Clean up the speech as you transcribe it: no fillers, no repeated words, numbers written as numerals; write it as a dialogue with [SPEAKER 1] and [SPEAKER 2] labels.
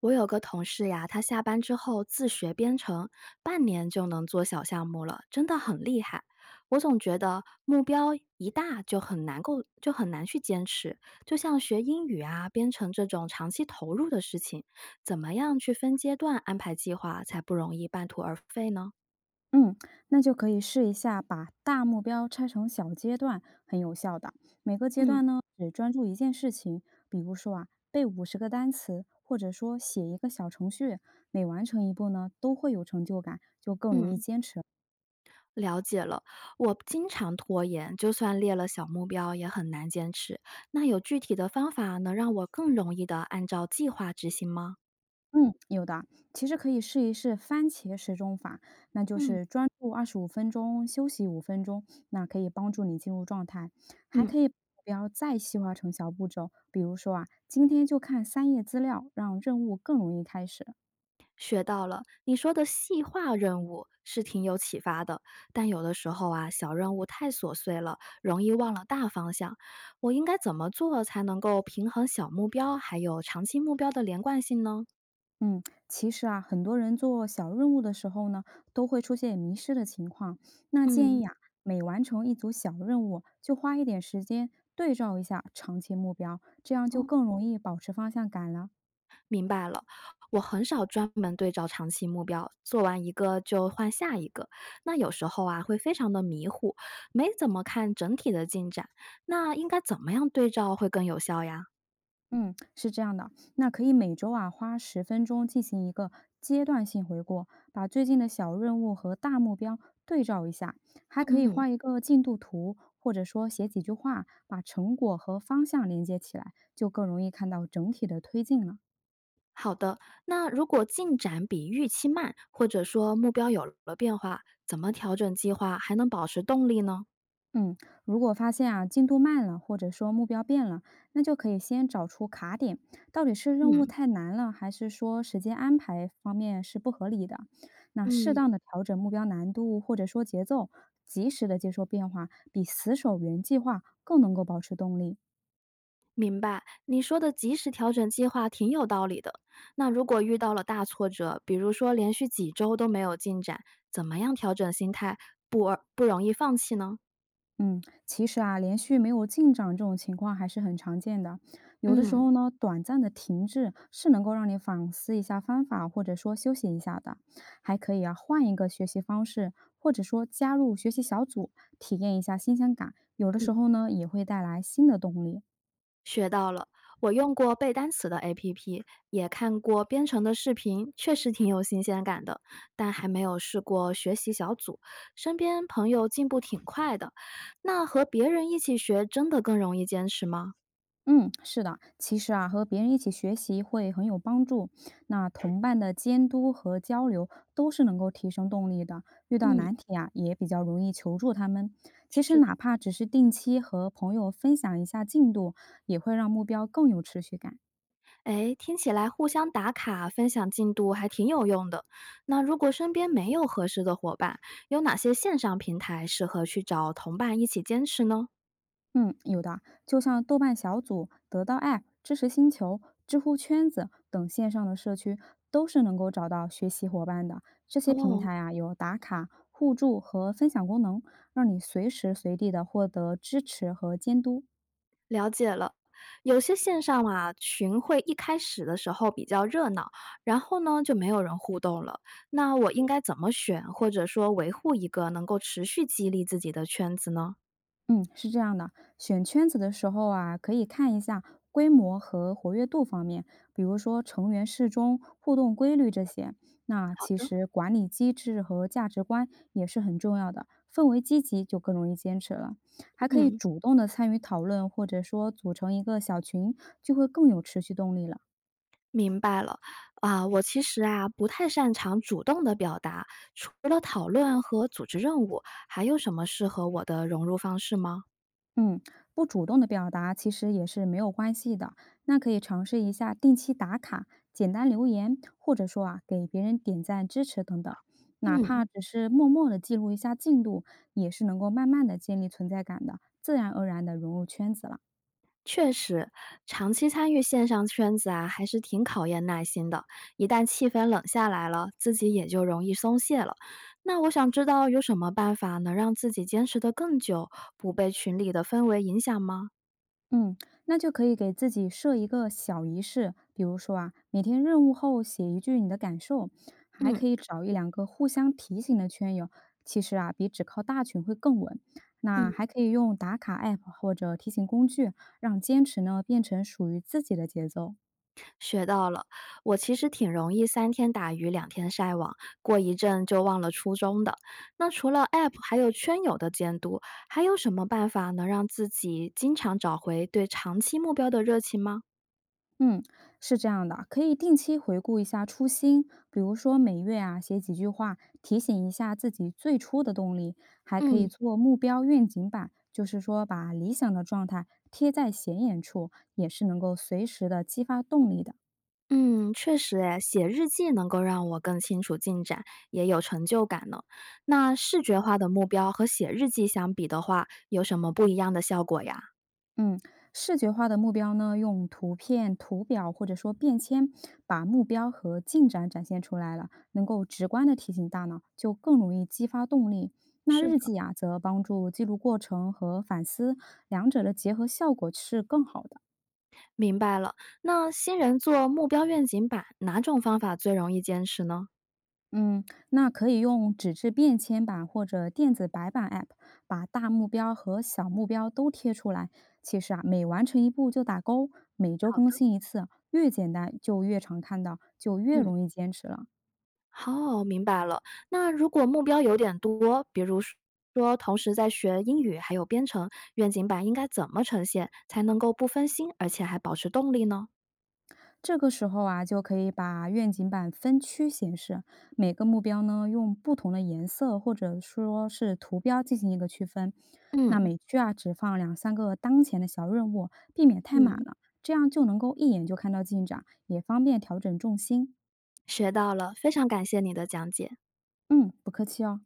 [SPEAKER 1] 我有个同事呀，他下班之后自学编程，半年就能做小项目了，真的很厉害。我总觉得目标一大就很难够，就很难去坚持。就像学英语啊、编程这种长期投入的事情，怎么样去分阶段安排计划才不容易半途而废呢？
[SPEAKER 2] 嗯，那就可以试一下把大目标拆成小阶段，很有效的。每个阶
[SPEAKER 1] 嗯
[SPEAKER 2] 段呢，只专注一件事情，比如说啊，背50个单词，或者说写一个小程序，每完成一步呢，都会有成就感，就更容易
[SPEAKER 1] 嗯，
[SPEAKER 2] 坚持。
[SPEAKER 1] 了解了。我经常拖延，就算列了小目标也很难坚持。那有具体的方法能让我更容易的按照计划执行吗？
[SPEAKER 2] 嗯，有的，其实可以试一试番茄时钟法，那就
[SPEAKER 1] 嗯。
[SPEAKER 2] 是专注25分钟，休息五分钟，那可以帮助你进入状态。还
[SPEAKER 1] 嗯，
[SPEAKER 2] 可以把目标再细化成小步骤，比如说啊，今天就看三页资料，让任务更容易开始。
[SPEAKER 1] 学到了。你说的细化任务是挺有启发的，但有的时候啊，小任务太琐碎了，容易忘了大方向。我应该怎么做才能够平衡小目标还有长期目标的连贯性呢？
[SPEAKER 2] 嗯，其实啊，很多人做小任务的时候呢，都会出现迷失的情况。那建
[SPEAKER 1] 嗯，
[SPEAKER 2] 议啊，每完成一组小任务，就花一点时间对照一下长期目标，这样就
[SPEAKER 1] 哦，
[SPEAKER 2] 更容易保持方向感了。
[SPEAKER 1] 明白了。我很少专门对照长期目标，做完一个就换下一个。那有时候啊，会非常的迷糊，没怎么看整体的进展。那应该怎么样对照会更有效呀？
[SPEAKER 2] 嗯，是这样的，那可以每周啊花10分钟进行一个阶段性回顾，把最近的小任务和大目标对照一下，还可以
[SPEAKER 1] 嗯。
[SPEAKER 2] 画一个进度图，或者说写几句话，把成果和方向连接起来，就更容易看到整体的推进了。
[SPEAKER 1] 好的，那如果进展比预期慢，或者说目标有了变化，怎么调整计划还能保持动力呢？
[SPEAKER 2] 嗯，如果发现啊进度慢了，或者说目标变了，那就可以先找出卡点，到底是任务
[SPEAKER 1] 嗯
[SPEAKER 2] 太难了，还是说时间安排方面是不合理的？那适
[SPEAKER 1] 嗯，
[SPEAKER 2] 当的调整目标难度或者说节奏，及时的接受变化，比死守原计划更能够保持动力。
[SPEAKER 1] 明白。你说的及时调整计划挺有道理的。那如果遇到了大挫折，比如说连续几周都没有进展，怎么样调整心态，不而不容易放弃呢？
[SPEAKER 2] 嗯，其实啊，连续没有进展这种情况还是很常见的。有的时
[SPEAKER 1] 嗯。
[SPEAKER 2] 候呢，短暂的停滞是能够让你反思一下方法，或者说休息一下的，还可以啊，换一个学习方式，或者说加入学习小组，体验一下新鲜感。有的时候呢，也会带来新的动力。
[SPEAKER 1] 学到了，我用过背单词的 APP，也看过编程的视频，确实挺有新鲜感的，但还没有试过学习小组。身边朋友进步挺快的，那和别人一起学真的更容易坚持吗？
[SPEAKER 2] 嗯，是的，其实啊，和别人一起学习会很有帮助。那同伴的监督和交流都是能够提升动力的。遇到
[SPEAKER 1] 嗯，
[SPEAKER 2] 难题啊，也比较容易求助他们。其实
[SPEAKER 1] 是的，
[SPEAKER 2] 哪怕只是定期和朋友分享一下进度，也会让目标更有持续感。
[SPEAKER 1] 哎，听起来互相打卡、分享进度还挺有用的。那如果身边没有合适的伙伴，有哪些线上平台适合去找同伴一起坚持呢？
[SPEAKER 2] 嗯，有的，就像豆瓣小组、得到 App、知识星球、知乎圈子等线上的社区，都是能够找到学习伙伴的。这些平
[SPEAKER 1] 哦，
[SPEAKER 2] 台啊，有打卡、互助和分享功能，让你随时随地的获得支持和监督。
[SPEAKER 1] 了解了，有些线上啊群会一开始的时候比较热闹，然后呢就没有人互动了。那我应该怎么选，或者说维护一个能够持续激励自己的圈子呢？
[SPEAKER 2] 嗯，是这样的，选圈子的时候啊，可以看一下规模和活跃度方面，比如说成员适中、互动规律这些。那
[SPEAKER 1] 好
[SPEAKER 2] 其
[SPEAKER 1] 的，
[SPEAKER 2] 实管理机制和价值观也是很重要的，氛围积极就更容易坚持了。还可以
[SPEAKER 1] 嗯，
[SPEAKER 2] 主动的参与讨论，或者说组成一个小群，就会更有持续动力了。
[SPEAKER 1] 明白了。啊，我其实啊不太擅长主动的表达，除了讨论和组织任务，还有什么适合我的融入方式吗？
[SPEAKER 2] 嗯，不主动的表达其实也是没有关系的。那可以尝试一下定期打卡、简单留言，或者说啊给别人点赞支持等等，哪
[SPEAKER 1] 嗯。
[SPEAKER 2] 怕只是默默的记录一下进度，也是能够慢慢的建立存在感的，自然而然的融入圈子了。
[SPEAKER 1] 确实，长期参与线上圈子啊，还是挺考验耐心的。一旦气氛冷下来了，自己也就容易松懈了。那我想知道有什么办法能让自己坚持得更久，不被群里的氛围影响吗？
[SPEAKER 2] 嗯，那就可以给自己设一个小仪式，比如说啊，每天任务后写一句你的感受，还
[SPEAKER 1] 嗯。
[SPEAKER 2] 可以找一两个互相提醒的圈友，其实啊，比只靠大群会更稳。
[SPEAKER 1] 嗯，
[SPEAKER 2] 那还可以用打卡 app 或者提醒工具，让坚持呢变成属于自己的节奏。
[SPEAKER 1] 学到了，我其实挺容易三天打鱼两天晒网，过一阵就忘了初衷的。那除了 App 还有圈友的监督，还有什么办法能让自己经常找回对长期目标的热情吗？
[SPEAKER 2] 嗯，是这样的，可以定期回顾一下初心，比如说每月啊写几句话，提醒一下自己最初的动力，还可以
[SPEAKER 1] 嗯。
[SPEAKER 2] 做目标愿景板，就是说把理想的状态贴在显眼处，也是能够随时的激发动力的。
[SPEAKER 1] 嗯，确实诶，写日记能够让我更清楚进展，也有成就感呢。那视觉化的目标和写日记相比的话，有什么不一样的效果呀？
[SPEAKER 2] 嗯，视觉化的目标呢，用图片、图表或者说便签，把目标和进展展现出来了，能够直观的提醒大脑，就更容易激发动力。那
[SPEAKER 1] 是
[SPEAKER 2] 日
[SPEAKER 1] 的，
[SPEAKER 2] 记啊，则帮助记录过程和反思，两者的结合效果是更好的。
[SPEAKER 1] 明白了。那新人做目标愿景板，哪种方法最容易坚持呢？
[SPEAKER 2] 嗯，那可以用纸质便签板或者电子白板 App，把大目标和小目标都贴出来。其实啊，每完成一步就打勾，每周
[SPEAKER 1] 好
[SPEAKER 2] 更
[SPEAKER 1] 的，
[SPEAKER 2] 新一次啊，越简单就越常看到，就越
[SPEAKER 1] 嗯，
[SPEAKER 2] 容易坚持了。
[SPEAKER 1] 好，明白了。那如果目标有点多，比如说同时在学英语还有编程，愿景板应该怎么呈现才能够不分心，而且还保持动力呢？
[SPEAKER 2] 这个时候啊，就可以把愿景板分区显示，每个目标呢用不同的颜色或者说是图标进行一个区分。那
[SPEAKER 1] 嗯
[SPEAKER 2] 每区啊只放两三个当前的小任务，避免太满
[SPEAKER 1] 嗯。
[SPEAKER 2] 了，这样就能够一眼就看到进展，也方便调整重心。
[SPEAKER 1] 学到了，非常感谢你的讲解。
[SPEAKER 2] 嗯，不客气哦。